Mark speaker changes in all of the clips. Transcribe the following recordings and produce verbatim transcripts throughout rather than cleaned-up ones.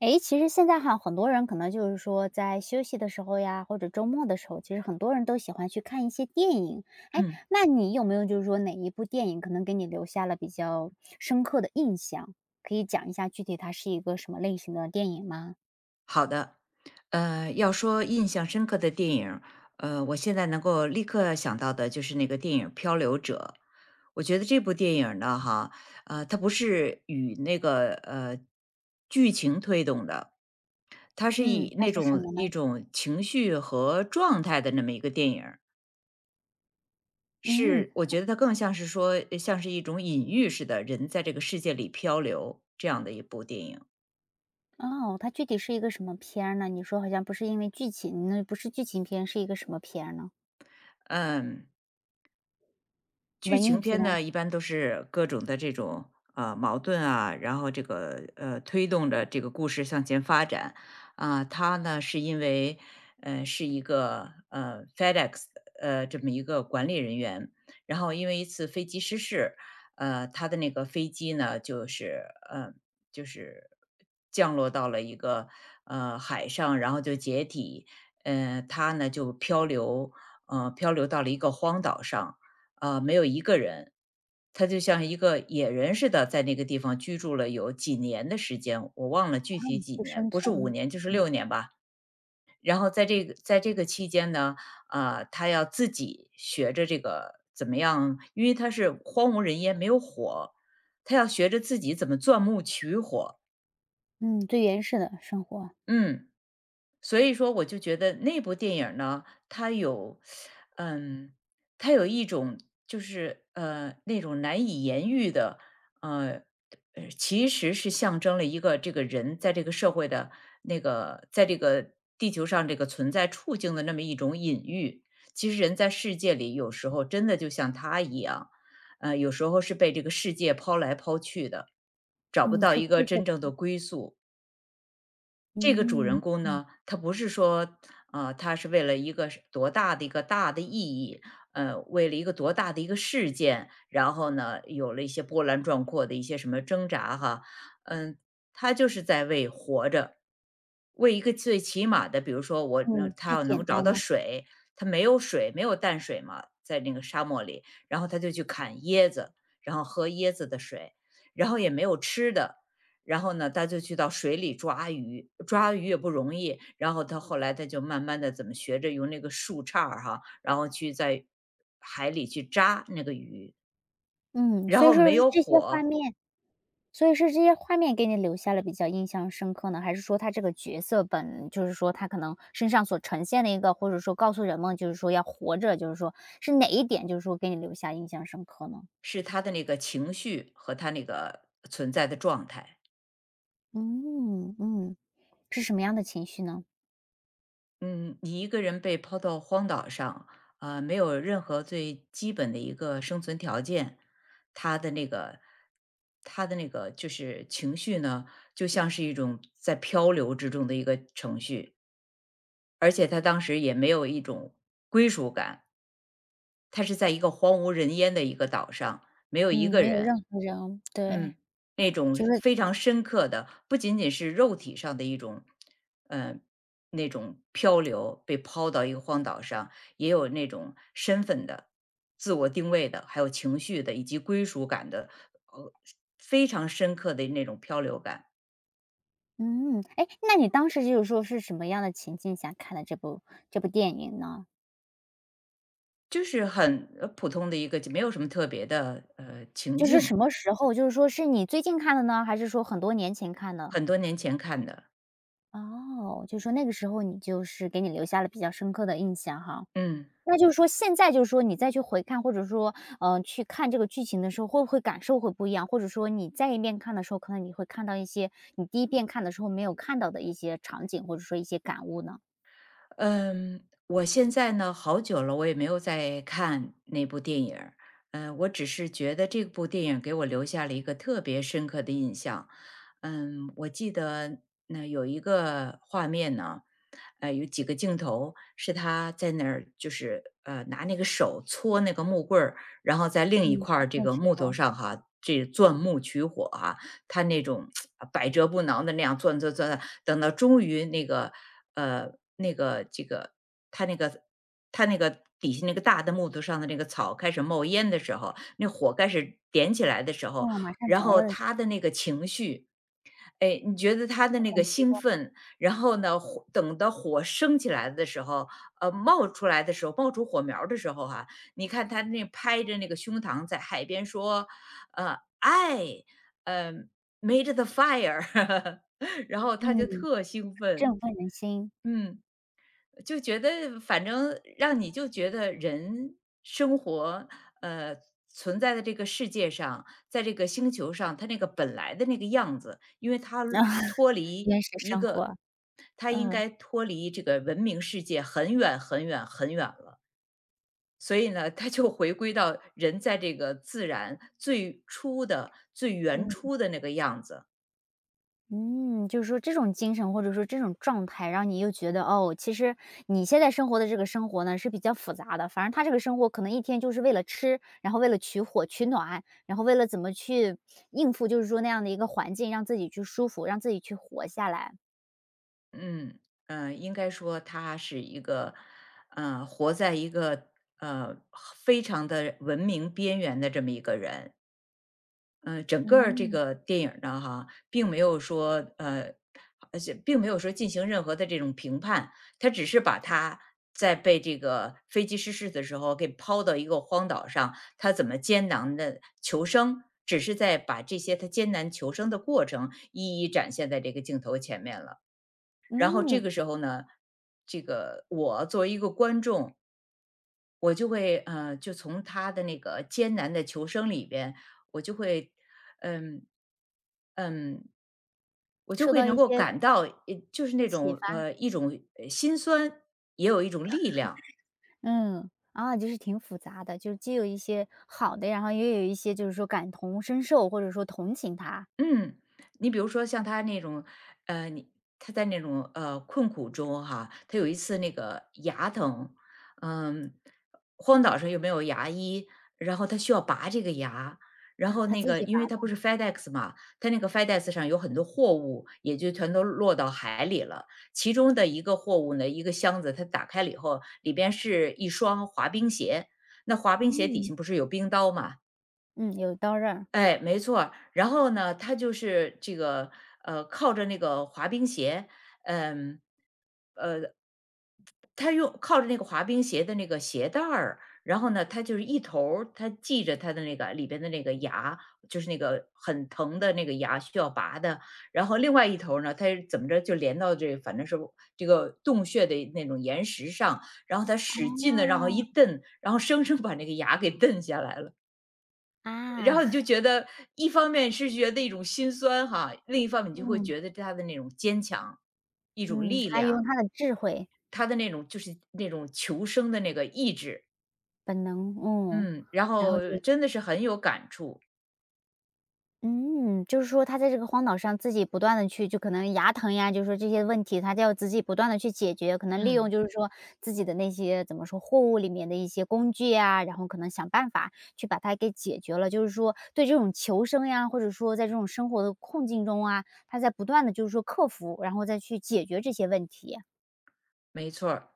Speaker 1: 诶，其实现在哈，很多人可能就是说在休息的时候呀，或者周末的时候，其实很多人都喜欢去看一些电影。诶，
Speaker 2: 嗯，
Speaker 1: 那你有没有就是说哪一部电影可能给你留下了比较深刻的印象？可以讲一下具体它是一个什么类型的电影吗？
Speaker 2: 好的。呃，要说印象深刻的电影，呃，我现在能够立刻想到的就是那个电影《漂流者》。我觉得这部电影呢，哈，呃，它不是与那个呃剧情推动的，它是
Speaker 1: 嗯，
Speaker 2: 以
Speaker 1: 它
Speaker 2: 那
Speaker 1: 是什
Speaker 2: 种
Speaker 1: 么呢？
Speaker 2: 一种情绪和状态的那么一个电影儿。
Speaker 1: 嗯，
Speaker 2: 是，我觉得它更像是说，呃像是一种隐喻似的，人在这个世界里漂流这样的一部电影。
Speaker 1: 哦，它具体是一个什么片儿呢？你说好像不是因为剧情，那不是剧情片，是一个什么片儿呢？
Speaker 2: 嗯，剧
Speaker 1: 文艺
Speaker 2: 情
Speaker 1: 片，
Speaker 2: 片呢，一般都是各种的这种呃矛盾啊，然后这个呃推动着这个故事向前发展啊、它呢是因为呃是一个呃 FedEx 呃这么一个管理人员，然后因为一次飞机失事，呃他的那个飞机呢就是呃就是降落到了一个呃海上，然后就解体，呃他呢就漂流呃漂流到了一个荒岛上。啊，没有一个人，他就像一个野人似的，在那个地方居住了有几年的时间，我忘了具体
Speaker 1: 嗯，
Speaker 2: 几
Speaker 1: 去
Speaker 2: 年，
Speaker 1: 生
Speaker 2: 不是五
Speaker 1: 存，
Speaker 2: 年就是
Speaker 1: 嗯
Speaker 2: 六年吧。然后在这个在这个期间呢，啊，他要自己学着这个怎么样，因为他是荒无人烟，没有火，他要学着自己怎么钻木取火。
Speaker 1: 嗯最原始的生活，
Speaker 2: 嗯，所以说我就觉得那部电影儿呢，它有，嗯，它有一种就是呃那种难以言喻的，呃呃其实是象征了一个这个人在这个社会的那个在这个地球上这个存在处境的那么一种隐喻。其实人在世界里有时候真的就像他一样，呃，有时候是被这个世界抛来抛去的，找不
Speaker 1: 嗯，
Speaker 2: 到
Speaker 1: 是
Speaker 2: 一个
Speaker 1: 推着，
Speaker 2: 真正的归宿。这个主
Speaker 1: 嗯。
Speaker 2: 人公呢，他不是说，呃，他是为了一个是多大的一个大的意义，呃，为了一个多大的一个事件，然后呢，有了一些波澜壮阔的一些什么挣扎哈，嗯，他就是在为活着，为一个最起码的，比如说我能
Speaker 1: 嗯，
Speaker 2: 他
Speaker 1: 最
Speaker 2: 要
Speaker 1: 简
Speaker 2: 能找
Speaker 1: 单
Speaker 2: 到
Speaker 1: 的，
Speaker 2: 水，他没有水，没有淡水嘛，在那个沙漠里，然后他就去砍椰子，然后喝椰子的水，然后也没有吃的，然后呢，他就去到水里抓鱼，抓鱼也不容易。然后他后来他就慢慢的怎么学着用那个树杈儿哈，然后去在海里去扎那个鱼。
Speaker 1: 嗯，
Speaker 2: 然
Speaker 1: 所以
Speaker 2: 后
Speaker 1: 说
Speaker 2: 没
Speaker 1: 是
Speaker 2: 有
Speaker 1: 这些画
Speaker 2: 火，
Speaker 1: 面所以是这些画面给你留下了比较印象深刻呢？还是说他这个角色本就是说他可能身上所呈现的一个，或者说告诉人们就是说要活着，就是说是哪一点就是说给你留下印象深刻呢？
Speaker 2: 是他的那个情绪和他那个存在的状态。
Speaker 1: 嗯，嗯，是什么样的情绪呢？
Speaker 2: 嗯，你一个人被抛到荒岛上，啊，没有任何最基本的一个生存条件，他的那个他的那个就是情绪呢，就像是一种在漂流之中的一个程序，而且他当时也没有一种归属感，他是在一个荒无人烟的一个岛上，没有一
Speaker 1: 嗯，
Speaker 2: 个
Speaker 1: 没有任
Speaker 2: 人，
Speaker 1: 何人对，
Speaker 2: 嗯，那种
Speaker 1: 就是
Speaker 2: 非常深刻的，不仅仅是肉体上的一种，呃，那种漂流，被抛到一个荒岛上，也有那种身份的、自我定位的，还有情绪的，以及归属感的，呃，非常深刻的那种漂流感，
Speaker 1: 嗯，哎，那你当时就是说是什么样的情境下看的这部这部电影呢？
Speaker 2: 就是很呃普通的一个，就没有什么特别的呃情
Speaker 1: 就是
Speaker 2: 境，
Speaker 1: 什么时候？就是说是你最近看的呢，还是说很多年前看的？
Speaker 2: 很多年前看的，
Speaker 1: 哦，就说那个时候你就是给你留下了比较深刻的印象哈。
Speaker 2: 嗯。
Speaker 1: 那就是说现在就是说你再去回看，或者说，嗯，去看这个剧情的时候，会不会感受会不一样？或者说你再一遍看的时候，可能你会看到一些你第一遍看的时候没有看到的一些场景，或者说一些感悟呢？
Speaker 2: 嗯，我现在呢，好久了，我也没有再看那部电影儿。嗯，我只是觉得这部电影给我留下了一个特别深刻的印象。嗯，我记得那有一个画面呢，呃，有几个镜头是他在那儿，就是呃，拿那个手搓那个木棍儿，然后在另一
Speaker 1: 嗯，
Speaker 2: 块
Speaker 1: 再
Speaker 2: 儿这
Speaker 1: 会
Speaker 2: 个
Speaker 1: 去
Speaker 2: 木头
Speaker 1: 过，
Speaker 2: 上哈，这钻木取火啊他那种啊百折不挠的那样钻钻钻，等到终于那个呃那个这个他那个他那个底下那个大的木头上的那个草开始冒烟的时候，那火开始点起来的时候，
Speaker 1: 哦，马上
Speaker 2: 然
Speaker 1: 着了
Speaker 2: 后
Speaker 1: 的时候，
Speaker 2: 他的那个情绪哎，你觉得他的那个兴奋，然后呢，火等到火升起来的时候，呃，冒出来的时候，冒出火苗儿的时候哈、你看他那拍着那个胸膛在海边说，呃，I，呃，made the fire，然后他就
Speaker 1: 嗯，
Speaker 2: 特兴奋，
Speaker 1: 振奋人心，
Speaker 2: 嗯。就觉得反正让你就觉得人生活，呃，存在的这个世界上，在这个星球上，它那个本来的那个样子，因为它脱离
Speaker 1: 原始
Speaker 2: 一
Speaker 1: 生
Speaker 2: 个，
Speaker 1: 活，
Speaker 2: 它应
Speaker 1: 嗯
Speaker 2: 该脱离这个文明世界很远很远很远了。所以呢，它就回归到人在这个自然最初的、最原
Speaker 1: 嗯。
Speaker 2: 初的那个样子。
Speaker 1: 嗯，就是说这种精神或者说这种状态，让你又觉得哦，其实你现在生活的这个生活呢是比较复杂的。反正他这个生活可能一天就是为了吃，然后为了取火取暖，然后为了怎么去应付，就是说那样的一个环境，让自己去舒服，让自己去活下来。
Speaker 2: 嗯，呃，应该说他是一个，呃，活在一个呃非常的文明边缘的这么一个人。嗯、整个儿这
Speaker 1: 嗯
Speaker 2: 个电影儿呢，哈，并没有说呃，而且并没有说进行任何的这种评判，他只是把他在被这个飞机失事的时候给抛到一个荒岛上，他怎么艰难的求生，只是在把这些他艰难求生的过程一一展现在这个镜头前面了。然后这
Speaker 1: 嗯，
Speaker 2: 个时候呢，这个我作为一个观众，我就会呃，就从他的那个艰难的求生里边，我就会，嗯嗯，我就
Speaker 1: 受
Speaker 2: 会
Speaker 1: 到一
Speaker 2: 能够
Speaker 1: 些
Speaker 2: 感到，呃就是那
Speaker 1: 启发，
Speaker 2: 种呃一种呃心酸，也有一种力量。
Speaker 1: 嗯啊，就是挺复杂的，就是既有一些好的，然后也有一些就是说感同身受或者说同情他，
Speaker 2: 嗯，你比如说像他那种，呃，你他在那种呃困苦中哈，他有一次那个牙疼，嗯，荒岛上又没有牙医，然后他需要拔这个牙，然后
Speaker 1: 他
Speaker 2: 那
Speaker 1: 自
Speaker 2: 个
Speaker 1: 己
Speaker 2: 因为
Speaker 1: 发
Speaker 2: 他
Speaker 1: 的，
Speaker 2: 不是 FedEx 嘛，他那个 FedEx 上有很多货物，也就全都落到海里了。其中的一个货物呢，一个箱子，他打开了以后，里边是一双滑冰鞋。那滑冰鞋底
Speaker 1: 嗯
Speaker 2: 下不是有冰刀嘛？
Speaker 1: 嗯，有刀刃。
Speaker 2: 哎，没错儿。然后呢，他就是这个，呃，靠着那个滑冰鞋，嗯，他用靠着那个滑冰鞋的那个鞋带儿，然后呢，他就是一头儿他系着他的那个里边的那个牙，就是那个很疼的那个牙需要拔的，然后另外一头儿呢，他是怎么着就连到这反正是这个洞穴的那种岩石上，然后他使劲的，然后一
Speaker 1: 哇
Speaker 2: 蹬，然后生生把那个牙给 蹬下来了。然
Speaker 1: 啊，
Speaker 2: 后你就觉得一方面是觉得一种心酸哈，另一方面你就会
Speaker 1: 嗯，
Speaker 2: 觉得他的那种坚强，一种
Speaker 1: 嗯，
Speaker 2: 力
Speaker 1: 他用
Speaker 2: 量，
Speaker 1: 他的智慧、
Speaker 2: 他的那种就是那种求生的那个意志，
Speaker 1: 本能，嗯，
Speaker 2: 嗯，然
Speaker 1: 然后
Speaker 2: 后
Speaker 1: 就
Speaker 2: 真的是很有感触，
Speaker 1: 嗯，就是说他在这个荒岛上自己不断的去就可能牙疼呀，就是说这些问题，他就要自己不断的去解决，可能利用
Speaker 2: 嗯。
Speaker 1: 就是说自己的那些怎么说，货物里面的一些工具呀，然后可能想办法去把它给解决了。就是说对这种求生呀，或者说在这种生活的困境中啊，他在不断的就是说克服，然后再去解决这些问题，
Speaker 2: 没错儿，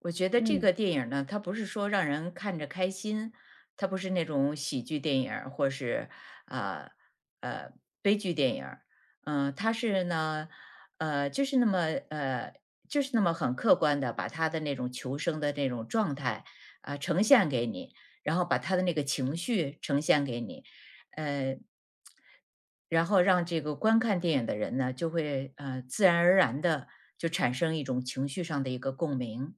Speaker 2: 我觉得这
Speaker 1: 嗯。
Speaker 2: 个电影儿呢，它不是说让人看着开心，它不是那种喜剧电影儿或是啊呃悲剧电影儿嗯、它是呢，呃，就是那么呃，就是那么很客观的把他的那种求生的那种状态啊、呃呈现给你，然后把他的那个情绪呈现给你，呃。然后让这个观看电影的人呢，就会呃自然而然的就产生一种情绪上的一个共鸣。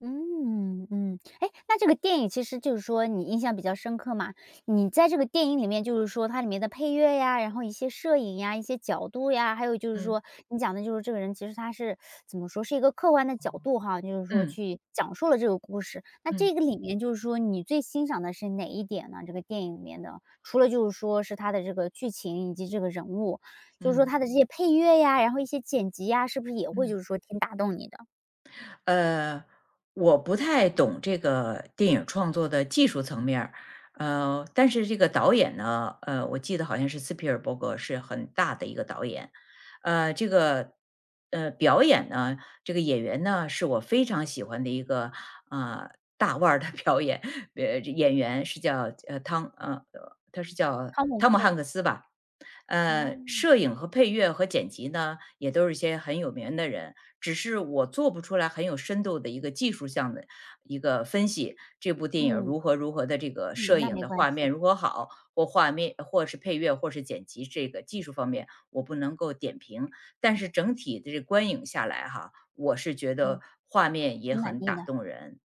Speaker 1: 嗯嗯，哎，那这个电影其实就是说你印象比较深刻嘛，你在这个电影里面就是说它里面的配乐呀，然后一些摄影呀，一些角度呀，还有就是
Speaker 2: 嗯
Speaker 1: 说你讲的就是这个人其实他是怎么说，是一个客观的角度哈，就是说
Speaker 2: 嗯
Speaker 1: 去讲述了这个故事。那
Speaker 2: 嗯
Speaker 1: 这个里面就是说你最欣赏的是哪一点呢？这个电影里面的，除了就是说是它的这个剧情以及这个人物，就是说
Speaker 2: 嗯
Speaker 1: 它的这些配乐呀，然后一些剪辑呀，是不是也会就
Speaker 2: 嗯。
Speaker 1: 是说挺打动你的？
Speaker 2: 呃，我不太懂这个电影创作的技术层面儿，呃，但是这个导演呢，呃，我记得好像是斯皮尔伯格是很大的一个导演，呃，这个呃表演呢，这个演员呢是我非常喜欢的一个呃大腕儿的 表演，呃，这演员是叫呃汤呃呃他是叫
Speaker 1: 汤姆
Speaker 2: 汤姆
Speaker 1: 克
Speaker 2: 汉克斯吧，
Speaker 1: 啊。
Speaker 2: 呃，摄影和配乐和剪辑呢，也都是一些很有名的人。只是我做不出来很有深度的一个技术项的一个分析，这部电影
Speaker 1: 嗯，
Speaker 2: 如何如何的这个
Speaker 1: 嗯，
Speaker 2: 摄
Speaker 1: 那
Speaker 2: 影
Speaker 1: 没
Speaker 2: 的
Speaker 1: 关
Speaker 2: 画
Speaker 1: 系，
Speaker 2: 面如何好，或画面或是配乐或是剪辑这个技术方面，我不能够点评。但是整体的这观影下来哈，我是觉
Speaker 1: 嗯，
Speaker 2: 得画面也
Speaker 1: 挺满
Speaker 2: 很
Speaker 1: 意
Speaker 2: 打
Speaker 1: 的。
Speaker 2: 动人，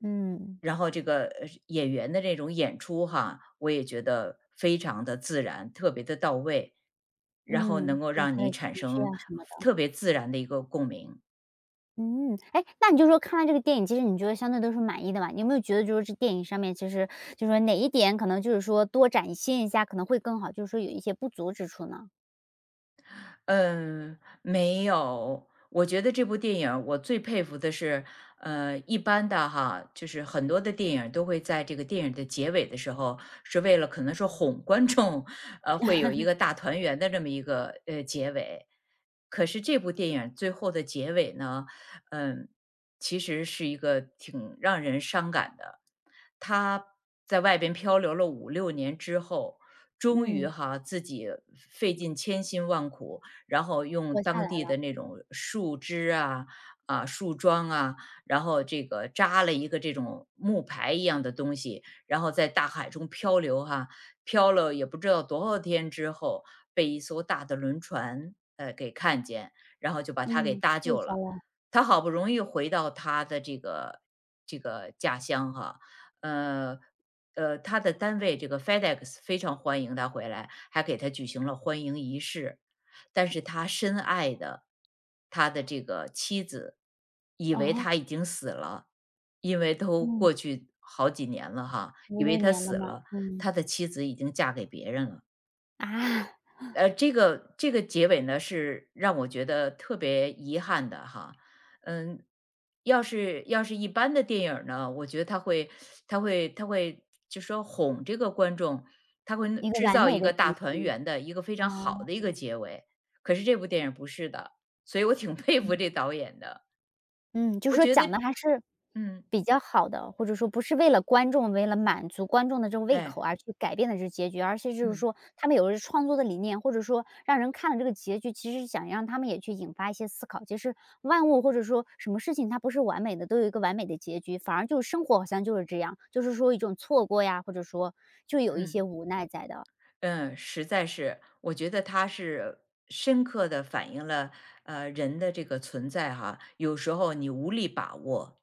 Speaker 1: 嗯，
Speaker 2: 然后这个呃演员的这种演出哈，我也觉得非常的自然，特别的到位，然后
Speaker 1: 嗯。
Speaker 2: 能够
Speaker 1: 就是
Speaker 2: 让
Speaker 1: 他
Speaker 2: 你
Speaker 1: 的
Speaker 2: 产
Speaker 1: 情绪啊
Speaker 2: 生
Speaker 1: 什么的。
Speaker 2: 特别自然的一个共鸣。
Speaker 1: 嗯，哎，那你就说看完这个电影，其实你觉得相对都是满意的嘛？你有没有觉得就是这电影上面，其实就是说哪一点可能就是说多展现一下可能会更好，就是说有一些不足之处呢？
Speaker 2: 嗯，没有。我觉得这部电影儿我最佩服的是，呃，一般的哈，就是很多的电影儿都会在这个电影的结尾的时候，是为了可能说哄观众，呃，会有一个大团圆的这么一个呃结尾。可是这部电影儿最后的结尾呢，嗯，其实是一个挺让人伤感的。他在外边漂流了五六年之后，终于
Speaker 1: 嗯。
Speaker 2: 哈自己费尽千辛万苦，然后用
Speaker 1: 活下来
Speaker 2: 当地
Speaker 1: 了，
Speaker 2: 的那种树枝啊、啊树桩啊，然后这个扎了一个这种木牌一样的东西，然后在大海中漂流哈、漂了也不知道多少天之后，被一艘大的轮船呃给看见，然后就把他给
Speaker 1: 嗯，
Speaker 2: 搭
Speaker 1: 救
Speaker 2: 救
Speaker 1: 下
Speaker 2: 了。
Speaker 1: 来了。
Speaker 2: 他好不容易回到他的这个这个家乡哈，呃呃，他的单位这个 F E D E X 非常欢迎他回来，还给他举行了欢迎仪式。但是他深爱的他的这个妻子，以为
Speaker 1: 哦。
Speaker 2: 他已经死了，因为都
Speaker 1: 嗯
Speaker 2: 过去好几年了哈，
Speaker 1: 五
Speaker 2: 以
Speaker 1: 六
Speaker 2: 为他
Speaker 1: 年了
Speaker 2: 死
Speaker 1: 嘛，
Speaker 2: 了，
Speaker 1: 嗯。
Speaker 2: 他的妻子已经嫁给别人了。
Speaker 1: 啊。
Speaker 2: 呃，这个这个结尾呢，是让我觉得特别遗憾的哈。嗯，要是要是一般的电影儿呢，我觉得他会他会他会就说哄这个观众，他会弄
Speaker 1: 一个
Speaker 2: 制
Speaker 1: 完
Speaker 2: 造
Speaker 1: 美
Speaker 2: 一
Speaker 1: 的
Speaker 2: 个
Speaker 1: 结
Speaker 2: 大团
Speaker 1: 局，
Speaker 2: 圆的一个非
Speaker 1: 啊。
Speaker 2: 常好的一个结尾。可是这部电影不是的，所以我挺 佩服这导演的。
Speaker 1: 嗯，就是
Speaker 2: 我
Speaker 1: 说
Speaker 2: 觉得
Speaker 1: 讲的还是
Speaker 2: 嗯，
Speaker 1: 比较好的，或者说不是为了观众，为了满足观众的这种胃口
Speaker 2: 哎，
Speaker 1: 而去改变的这结局，而是就是
Speaker 2: 嗯
Speaker 1: 说他们有的是创作的理念，或者说让人看了这个结局，其实想让他们也去引发一些思考。其实万物或者说什么事情它不是完美的，都有一个完美的结局，反而就是生活好像就是这样，就是说一种错过呀，或者说就有一些
Speaker 2: 嗯。
Speaker 1: 无奈在的，
Speaker 2: 嗯，实在是，我觉得他是深刻的反映了，呃，人的这个存在哈。有时候你无力把握，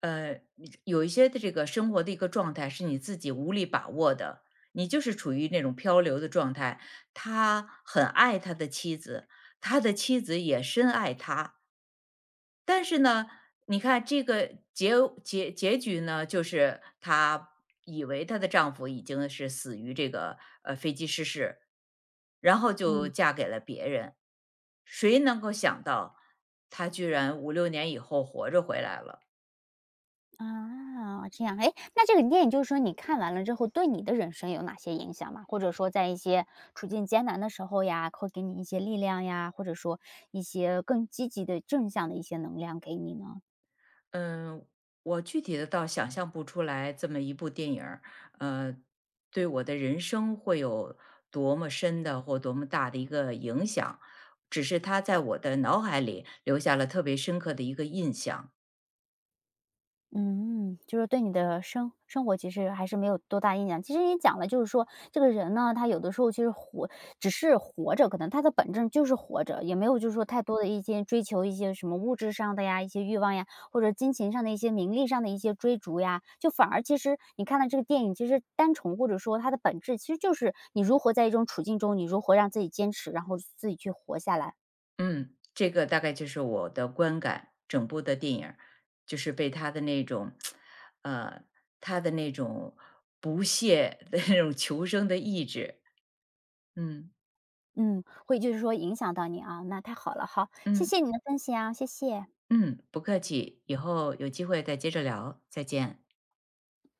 Speaker 2: 呃，你有一些的这个生活的一个状态是你自己无力把握的，你就是处于那种漂流的状态。他很爱他的妻子，他的妻子也深爱他，但是呢，你看这个结结结局呢，就是她以为她的丈夫已经是死于这个呃飞机失事，然后就
Speaker 1: 嗯。
Speaker 2: 嫁给了别人。谁能够想到，她居然五六年以后活着回来了？
Speaker 1: 啊，这样，哎，那这个电影就是说你看完了之后，对你的人生有哪些影响吗？或者说在一些处境艰难的时候呀，会给你一些力量呀，或者说一些更积极的正向的一些能量给你呢？
Speaker 2: 嗯，我具体的倒想象不出来这么一部电影儿呃，对我的人生会有多么深的或多么大的一个影响，只是它在我的脑海里留下了特别深刻的一个印象。
Speaker 1: 嗯，就是对你的生生活其实还是没有多大影响。其实你讲了，就是说这个人呢，他有的时候其实活，只是活着，可能他的本质就是活着，也没有就是说太多的一些追求一些什么物质上的呀，一些欲望呀，或者金钱上的一些、名利上的一些追逐呀。就反而其实你看了这个电影，其实单从或者说它的本质，其实就是你如何在一种处境中，你如何让自己坚持，然后自己去活下来。
Speaker 2: 嗯，这个大概就是我的观感，整部的电影儿就是被他的那种呃，他的那种不懈的 那种求生的意志，嗯，
Speaker 1: 嗯，会就是说影响到你啊，那太好了，好，谢
Speaker 2: 嗯。
Speaker 1: 谢你的分享，谢谢。
Speaker 2: 嗯，不客气，以后有机会再接着聊，再见。